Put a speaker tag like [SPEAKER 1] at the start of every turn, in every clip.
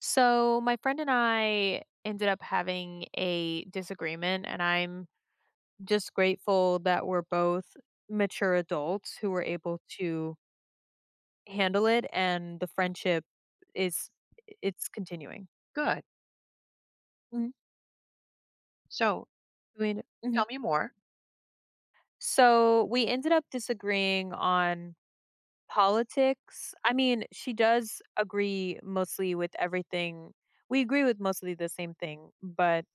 [SPEAKER 1] So, my friend and I ended up having a disagreement, and I'm just grateful that we're both mature adults who were able to handle it, and the friendship is it's continuing.
[SPEAKER 2] Good.
[SPEAKER 1] Mhm.
[SPEAKER 2] So
[SPEAKER 1] Mhm.
[SPEAKER 2] tell me more.
[SPEAKER 1] So, we ended up disagreeing on politics. I mean, she does agree mostly with everything. We agree with mostly the same thing, but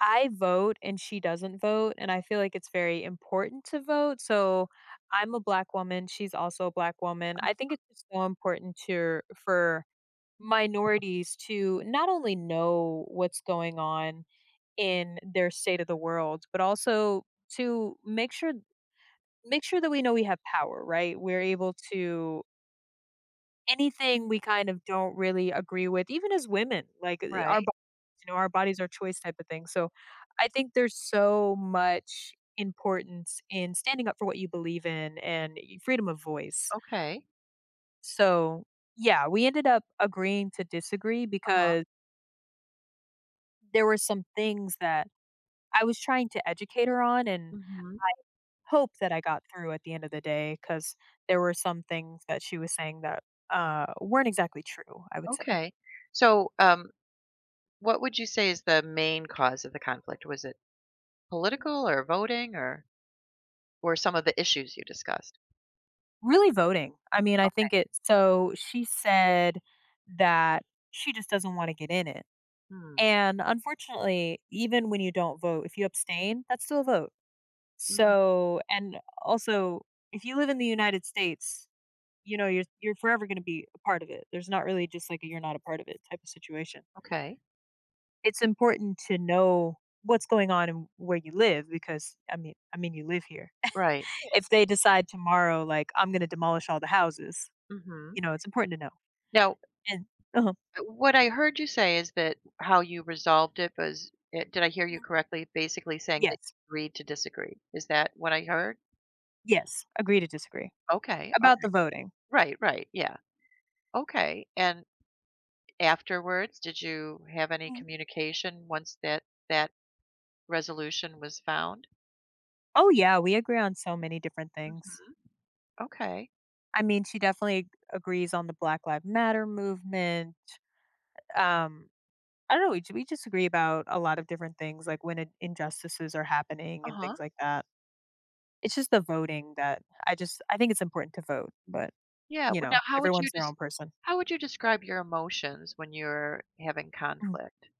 [SPEAKER 1] I vote and she doesn't vote, and I feel like it's very important to vote. So I'm a black woman, she's also a black woman. I think it's just so important to for minorities to not only know what's going on in their state of the world, but also to make sure that we know we have power, right? We're able to anything we kind of don't really agree with, even as women, like our
[SPEAKER 2] Right.
[SPEAKER 1] our bodies are choice type of thing. So I think there's so much importance in standing up for what you believe in and freedom of voice.
[SPEAKER 2] Okay.
[SPEAKER 1] So yeah, we ended up agreeing to disagree
[SPEAKER 2] Uh-huh.
[SPEAKER 1] because there were some things that I was trying to educate her on and
[SPEAKER 2] Hmm.
[SPEAKER 1] hope that I got through at the end of the day because there were some things that she was saying that weren't exactly true, I would say.
[SPEAKER 2] Okay. So, what would you say is the main cause of the conflict? Was it political or voting or some of the issues you discussed?
[SPEAKER 1] Really voting. I mean, I think
[SPEAKER 2] Okay.
[SPEAKER 1] it so she said that she just doesn't wanna get in it,
[SPEAKER 2] Hmm.
[SPEAKER 1] and unfortunately, even when you don't vote, if you abstain, that's still a vote.
[SPEAKER 2] Hmm.
[SPEAKER 1] So and also, if you live in the United States, you know, you're forever gonna be a part of it. There's not really just like a "you're not a part of it" type of situation.
[SPEAKER 2] Okay.
[SPEAKER 1] It's important to know what's going on and where you live because, you live here.
[SPEAKER 2] Right.
[SPEAKER 1] If they decide tomorrow, like, "I'm gonna demolish all the houses,"
[SPEAKER 2] Hmm.
[SPEAKER 1] you know, it's important to know.
[SPEAKER 2] Now,
[SPEAKER 1] And uh
[SPEAKER 2] what I heard you say is that how you resolved it was, did I hear you correctly? Basically saying that
[SPEAKER 1] Yes,
[SPEAKER 2] you agreed to disagree. Is that what I heard?
[SPEAKER 1] yes, agree to disagree.
[SPEAKER 2] Okay. All
[SPEAKER 1] About the
[SPEAKER 2] right.
[SPEAKER 1] voting.
[SPEAKER 2] Right. Right. Yeah. Okay. And afterwards, did you have any
[SPEAKER 1] Mm.
[SPEAKER 2] communication once that that resolution was found?
[SPEAKER 1] Oh, yeah, we agree on so many different things.
[SPEAKER 2] Mhm. Okay.
[SPEAKER 1] I mean, she definitely agrees on the Black Lives Matter movement. Um, I don't know, we just agree about a lot of different things, like when in injustices are happening and
[SPEAKER 2] Uh-huh.
[SPEAKER 1] things like that. It's just the voting that I think it's important to vote, but,
[SPEAKER 2] Yeah,
[SPEAKER 1] you
[SPEAKER 2] well,
[SPEAKER 1] know,
[SPEAKER 2] now how would you
[SPEAKER 1] everyone's their
[SPEAKER 2] just
[SPEAKER 1] own person.
[SPEAKER 2] how would you describe your emotions when you're having
[SPEAKER 1] Mhm.
[SPEAKER 2] conflict?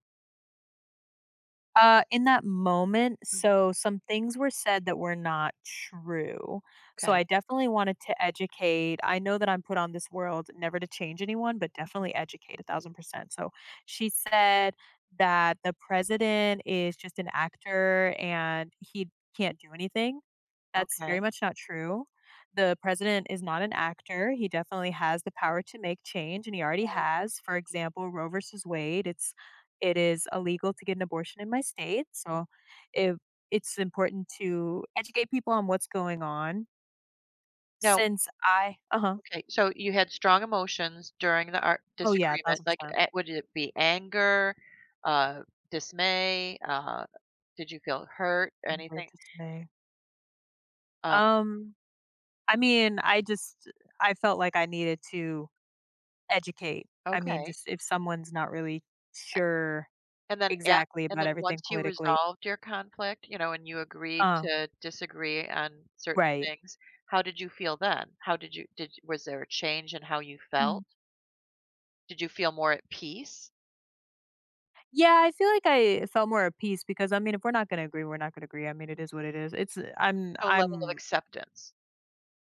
[SPEAKER 1] In that moment,
[SPEAKER 2] Mhm.
[SPEAKER 1] so some things were said that were not true. So I
[SPEAKER 2] Okay.
[SPEAKER 1] definitely wanted to educate. I know that I'm put on this world never to change anyone, but
[SPEAKER 2] Mhm.
[SPEAKER 1] definitely educate a thousand percent. So she said that the president is just an actor and he can't do anything. That's
[SPEAKER 2] Okay,
[SPEAKER 1] very much not true. The president is not an actor. He definitely has the power to make change, and he already
[SPEAKER 2] right.
[SPEAKER 1] has. For example, Roe versus Wade. It is illegal to get an abortion in my state,
[SPEAKER 2] Mm.
[SPEAKER 1] so it, it's important to educate people on what's going on.
[SPEAKER 2] Now
[SPEAKER 1] Since I, uh huh,
[SPEAKER 2] okay, so you had strong emotions during the ar
[SPEAKER 1] oh yeah, a
[SPEAKER 2] disagreement,
[SPEAKER 1] thousand
[SPEAKER 2] like,
[SPEAKER 1] percent.
[SPEAKER 2] a would it be anger, uh, dismay, did you feel hurt,
[SPEAKER 1] Birth
[SPEAKER 2] anything?
[SPEAKER 1] dismay.
[SPEAKER 2] Uh,
[SPEAKER 1] Um, I mean, I felt like I needed to educate. I mean,
[SPEAKER 2] okay.
[SPEAKER 1] just if someone's not really sure
[SPEAKER 2] And then at
[SPEAKER 1] Exactly,
[SPEAKER 2] and
[SPEAKER 1] about
[SPEAKER 2] then
[SPEAKER 1] everything
[SPEAKER 2] once you
[SPEAKER 1] politically.
[SPEAKER 2] resolved your conflict, you know, and you agreed
[SPEAKER 1] Uh,
[SPEAKER 2] to disagree on certain
[SPEAKER 1] right.
[SPEAKER 2] things, how did you feel then? How did you did was there a change in how you
[SPEAKER 1] Mm.
[SPEAKER 2] felt? Did you feel more at peace?
[SPEAKER 1] Yeah, I feel like I felt more at peace because, I mean, if we're not gonna agree, we're not gonna agree. I mean, it is what it is. It's
[SPEAKER 2] So a level of
[SPEAKER 1] I'm
[SPEAKER 2] acceptance.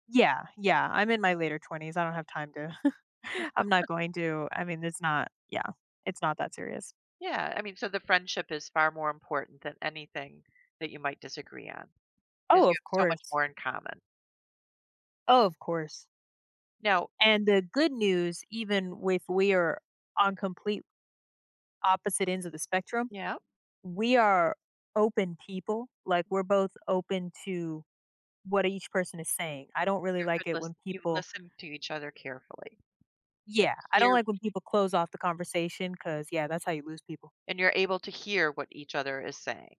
[SPEAKER 1] yeah, yeah, I'm in my later 20s. I don't have time to I'm not going to I mean, it's not yeah, it's not that serious.
[SPEAKER 2] Yeah, I mean, so the friendship is far more important than anything that you might disagree on, because
[SPEAKER 1] Oh,
[SPEAKER 2] you
[SPEAKER 1] of
[SPEAKER 2] have so much
[SPEAKER 1] course.
[SPEAKER 2] more in common.
[SPEAKER 1] Oh, of course.
[SPEAKER 2] Now
[SPEAKER 1] And the good news, even if we are on complete opposite ends of the spectrum,
[SPEAKER 2] yeah,
[SPEAKER 1] we are open people. Like, we're both open to what each person is saying. I don't really
[SPEAKER 2] you're good
[SPEAKER 1] like it
[SPEAKER 2] lis
[SPEAKER 1] when
[SPEAKER 2] you
[SPEAKER 1] people
[SPEAKER 2] listen to each other carefully and
[SPEAKER 1] yeah, I don't
[SPEAKER 2] hear
[SPEAKER 1] like when people close off the conversation because yeah, that's how you lose people.
[SPEAKER 2] and you're able to hear what each other is saying.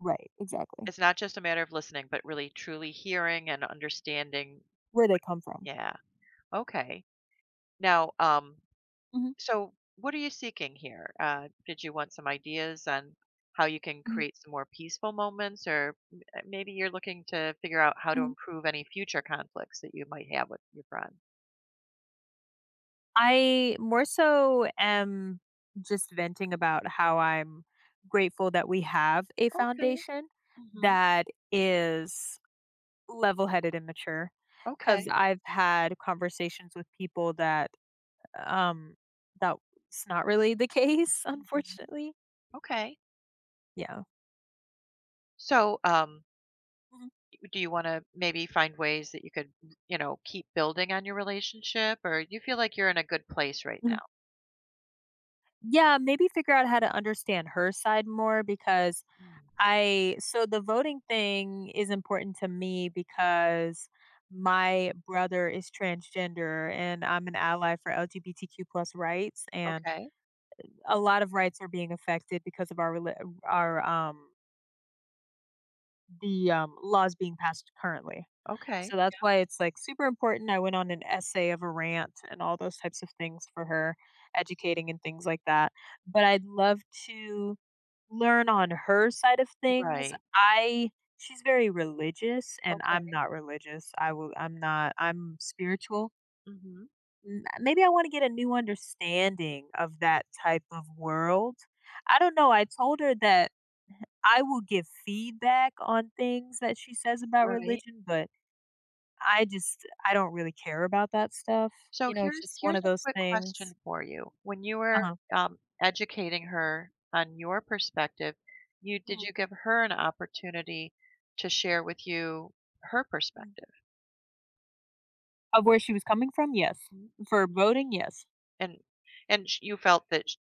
[SPEAKER 1] Right, exactly.
[SPEAKER 2] It's not just a matter of listening, but really truly hearing and understanding.
[SPEAKER 1] Where they come from.
[SPEAKER 2] Yeah. Okay. Now,
[SPEAKER 1] Mhm,
[SPEAKER 2] so what are you seeking here? Did you want some ideas on how you can
[SPEAKER 1] mhm,
[SPEAKER 2] create some more peaceful moments, or maybe you're looking to figure out how to
[SPEAKER 1] mhm.
[SPEAKER 2] improve any future conflicts that you might have with your friend?
[SPEAKER 1] I more so am just venting about how I'm grateful that we have a
[SPEAKER 2] Okay.
[SPEAKER 1] foundation
[SPEAKER 2] Hmm.
[SPEAKER 1] that is level-headed and mature, because 'cause
[SPEAKER 2] Okay.
[SPEAKER 1] I've had conversations with people that, um, that's not really the case,
[SPEAKER 2] Hmm.
[SPEAKER 1] unfortunately.
[SPEAKER 2] Okay.
[SPEAKER 1] Yeah.
[SPEAKER 2] So, do you want to maybe find ways that you could, you know, keep building on your relationship, or you feel like you're in a good place right
[SPEAKER 1] Mhm.
[SPEAKER 2] now?
[SPEAKER 1] Yeah, maybe figure out how to understand her side more because
[SPEAKER 2] Mm.
[SPEAKER 1] I so the voting thing is important to me because my brother is transgender and I'm an ally for LGBTQ plus rights and
[SPEAKER 2] Okay.
[SPEAKER 1] a lot of rights are being affected because of our the laws being passed currently. So
[SPEAKER 2] Okay.
[SPEAKER 1] that's why it's like super important. I went on an essay of a rant and all those types of things for her, educating and things like that. But I'd love to learn on her side of things.
[SPEAKER 2] Right.
[SPEAKER 1] I She's very religious and I'm
[SPEAKER 2] Okay.
[SPEAKER 1] not religious. I will I'm not I'm spiritual.
[SPEAKER 2] Hmm.
[SPEAKER 1] Maybe I want to get a new understanding of that type of world. I don't know. I told her that I will give feedback on things that she says about
[SPEAKER 2] Right.
[SPEAKER 1] religion, but I don't really care about that stuff.
[SPEAKER 2] So
[SPEAKER 1] You know, it's
[SPEAKER 2] here's
[SPEAKER 1] just one
[SPEAKER 2] here's
[SPEAKER 1] of
[SPEAKER 2] a
[SPEAKER 1] those
[SPEAKER 2] quick
[SPEAKER 1] things.
[SPEAKER 2] question for you. When you were
[SPEAKER 1] Uh-huh.
[SPEAKER 2] educating her on your perspective, you did
[SPEAKER 1] Mhm.
[SPEAKER 2] you give her an opportunity to share with you her
[SPEAKER 1] Mhm.
[SPEAKER 2] perspective?
[SPEAKER 1] Of where she was coming from? Yes.
[SPEAKER 2] Mhm.
[SPEAKER 1] For voting? Yes.
[SPEAKER 2] And and sh- you felt that sh-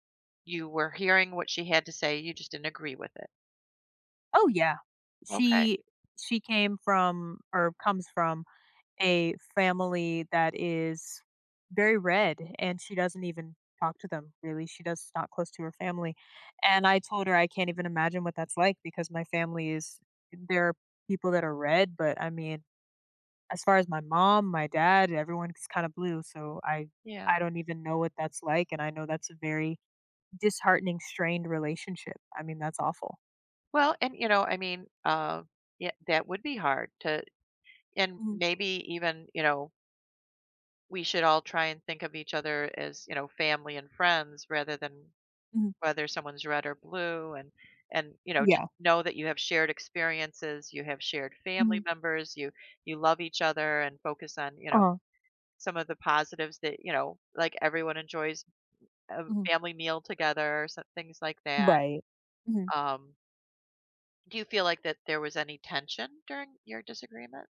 [SPEAKER 2] you were hearing what she had to say, you just didn't agree with it.
[SPEAKER 1] Oh, yeah.
[SPEAKER 2] Okay.
[SPEAKER 1] She she came from or comes from a family that is very red, and she doesn't even talk to them, really. She does not close to her family, and I told her I can't even imagine what that's like because my family is there are people that are red, but, I mean, as far as my mom, my dad, everyone is kinda blue, so
[SPEAKER 2] Yeah.
[SPEAKER 1] I don't even know what that's like, and I know that's a very disheartening, strained relationship. I mean, that's awful.
[SPEAKER 2] Well, and you know, I mean, yeah, that would be hard to, and
[SPEAKER 1] Mhm,
[SPEAKER 2] maybe even, you know, we should all try and think of each other as, you know, family and friends rather than
[SPEAKER 1] mhm.
[SPEAKER 2] whether someone's red or blue and you know just
[SPEAKER 1] Yeah.
[SPEAKER 2] know that you have shared experiences, you have shared family
[SPEAKER 1] Mhm.
[SPEAKER 2] members, you love each other and focus on you know
[SPEAKER 1] Uh-huh.
[SPEAKER 2] some of the positives that you know like everyone enjoys a
[SPEAKER 1] Mhm.
[SPEAKER 2] family meal together, so things like that.
[SPEAKER 1] Right. Mhm.
[SPEAKER 2] um Do you feel like that there was any tension during your disagreement?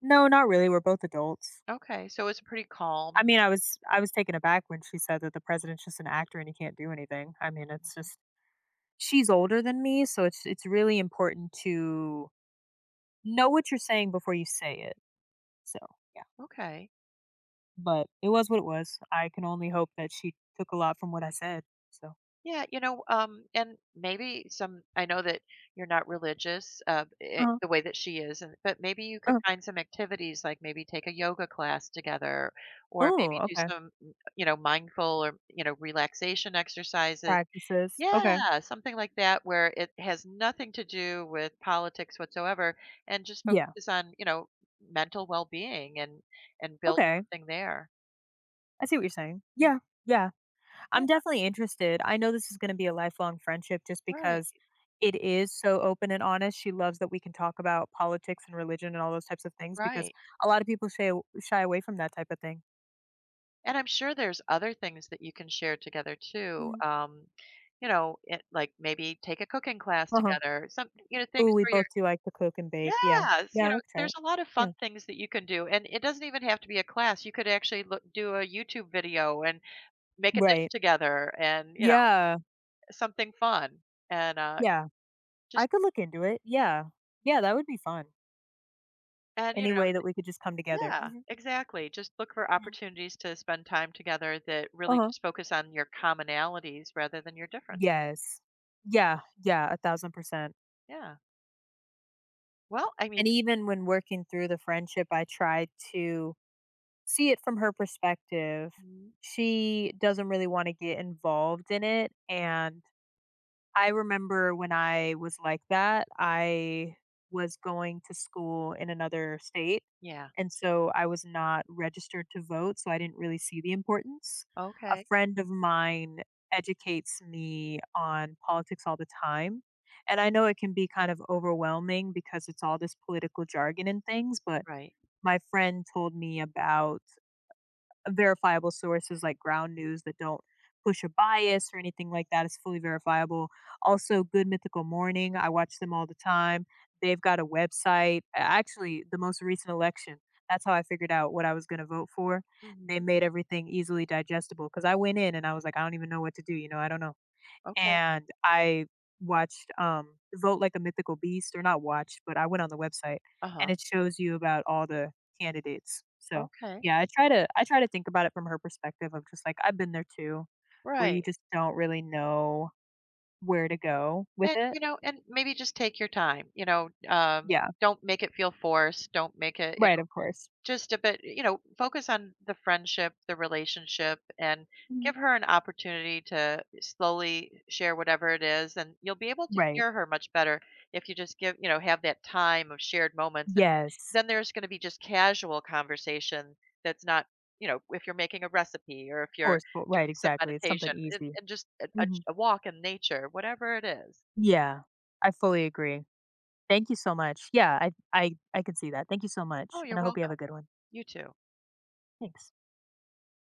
[SPEAKER 1] No, not really, we're both adults.
[SPEAKER 2] Okay, so it's pretty
[SPEAKER 1] I
[SPEAKER 2] calm.
[SPEAKER 1] mean, I was I was taken aback when she said that the president's just an actor and he can't do anything. I mean, it's just she's older than me, so it's really important to know what you're saying before you say it. So, yeah.
[SPEAKER 2] Okay.
[SPEAKER 1] But it was what it was. I can only hope that she took a lot from what I said. So
[SPEAKER 2] Yeah, you know, and maybe some, I know that you're not religious,
[SPEAKER 1] Uh-huh.
[SPEAKER 2] the way that she is, and, but maybe you could
[SPEAKER 1] uh
[SPEAKER 2] find some activities like maybe take a yoga class together or
[SPEAKER 1] Oh,
[SPEAKER 2] maybe do
[SPEAKER 1] okay.
[SPEAKER 2] some, you know, mindful or, you know, relaxation exercises.
[SPEAKER 1] Practices. Okay.
[SPEAKER 2] Yeah, something like that where it has nothing to do with politics whatsoever and just
[SPEAKER 1] Yeah.
[SPEAKER 2] focuses on, you know, mental well-being and build
[SPEAKER 1] Okay.
[SPEAKER 2] something there.
[SPEAKER 1] I see what you're saying.
[SPEAKER 2] Mm,
[SPEAKER 1] Yeah. Yeah.
[SPEAKER 2] Yeah,
[SPEAKER 1] I'm definitely interested. I know this is going to be a lifelong friendship just
[SPEAKER 2] right,
[SPEAKER 1] because it is so open and honest. She loves that we can talk about politics and religion and all those types of things because
[SPEAKER 2] right.
[SPEAKER 1] a lot of people shy away from that type of thing.
[SPEAKER 2] And I'm sure there's other things that you can share together too.
[SPEAKER 1] Mm.
[SPEAKER 2] You know, it, like maybe take a cooking class
[SPEAKER 1] Uh-huh.
[SPEAKER 2] together. Some, you know, things
[SPEAKER 1] Oh, we
[SPEAKER 2] where
[SPEAKER 1] both
[SPEAKER 2] you're,
[SPEAKER 1] do like to cook and bake. Yeah.
[SPEAKER 2] yes, you
[SPEAKER 1] Yeah, I
[SPEAKER 2] know,
[SPEAKER 1] could try
[SPEAKER 2] there's
[SPEAKER 1] it.
[SPEAKER 2] a lot of fun
[SPEAKER 1] Yeah.
[SPEAKER 2] things that you can do, and it doesn't even have to be a class. You could actually look, do a YouTube video and make a dish
[SPEAKER 1] Right.
[SPEAKER 2] together, and you know.
[SPEAKER 1] Yeah.
[SPEAKER 2] Something fun and
[SPEAKER 1] Yeah. I
[SPEAKER 2] just
[SPEAKER 1] could look into it. Yeah. Yeah, that would be fun.
[SPEAKER 2] and you
[SPEAKER 1] Any
[SPEAKER 2] know
[SPEAKER 1] way that we could just come together.
[SPEAKER 2] yeah
[SPEAKER 1] Hmm.
[SPEAKER 2] exactly just look for
[SPEAKER 1] Hmm.
[SPEAKER 2] opportunities to spend time together that really
[SPEAKER 1] Uh-huh.
[SPEAKER 2] just focus on your commonalities rather than your differences.
[SPEAKER 1] Yes. Yeah. Yeah. A thousand percent.
[SPEAKER 2] Yeah. Well, I mean,
[SPEAKER 1] And even when working through the friendship, I tried to see it from her perspective.
[SPEAKER 2] mhm,
[SPEAKER 1] She doesn't really want to get involved in it and I remember when I was like that, I was going to school in another state,
[SPEAKER 2] yeah,
[SPEAKER 1] and so I was not registered to vote, so I didn't really see the importance. A
[SPEAKER 2] okay,
[SPEAKER 1] friend of mine educates me on politics all the time, and I know it can be kind of overwhelming because it's all this political jargon and things, but
[SPEAKER 2] right,
[SPEAKER 1] my friend told me about verifiable sources like ground news that don't push a bias or anything like that is fully verifiable. Also, Good Mythical Morning, I watch them all the time. They've got a website. Actually, the most recent election, that's how I figured out what I was going to vote for. They
[SPEAKER 2] hmm,
[SPEAKER 1] made everything easily digestible because I went in and I was like, I don't even know what to do. You know, I don't know.
[SPEAKER 2] okay,
[SPEAKER 1] And I watched, Vote Like a Mythical Beast, or not watched, but I went on the website and
[SPEAKER 2] uh-huh,
[SPEAKER 1] it shows you about all the candidates. So,
[SPEAKER 2] okay,
[SPEAKER 1] yeah, I try to think about it from her perspective of just like I've been there too, where
[SPEAKER 2] right.
[SPEAKER 1] you just don't really know where to go with
[SPEAKER 2] And
[SPEAKER 1] it.
[SPEAKER 2] you know, and maybe just take your time, you know.
[SPEAKER 1] Yeah.
[SPEAKER 2] Don't make it feel forced, don't make it
[SPEAKER 1] Right, of course.
[SPEAKER 2] just a bit, you know, focus on the friendship, the relationship, and
[SPEAKER 1] Mhm.
[SPEAKER 2] give her an opportunity to slowly share whatever it is, and you'll be able to
[SPEAKER 1] Right.
[SPEAKER 2] hear her much better if you just give you know, have that time of shared moments, and
[SPEAKER 1] Yes.
[SPEAKER 2] then there's gonna be just casual conversation that's not you know, if you're making a recipe or if you're
[SPEAKER 1] Forceful. Right,
[SPEAKER 2] doing some
[SPEAKER 1] exactly. It's
[SPEAKER 2] meditation
[SPEAKER 1] something easy.
[SPEAKER 2] and just a a
[SPEAKER 1] Mhm.
[SPEAKER 2] a walk in nature, whatever it is.
[SPEAKER 1] Yeah. I fully agree. Thank you so much. Yeah, I can see that. Thank you so much,
[SPEAKER 2] Oh,
[SPEAKER 1] and
[SPEAKER 2] you're
[SPEAKER 1] I hope you
[SPEAKER 2] welcome.
[SPEAKER 1] have a good one.
[SPEAKER 2] You too.
[SPEAKER 1] Thanks.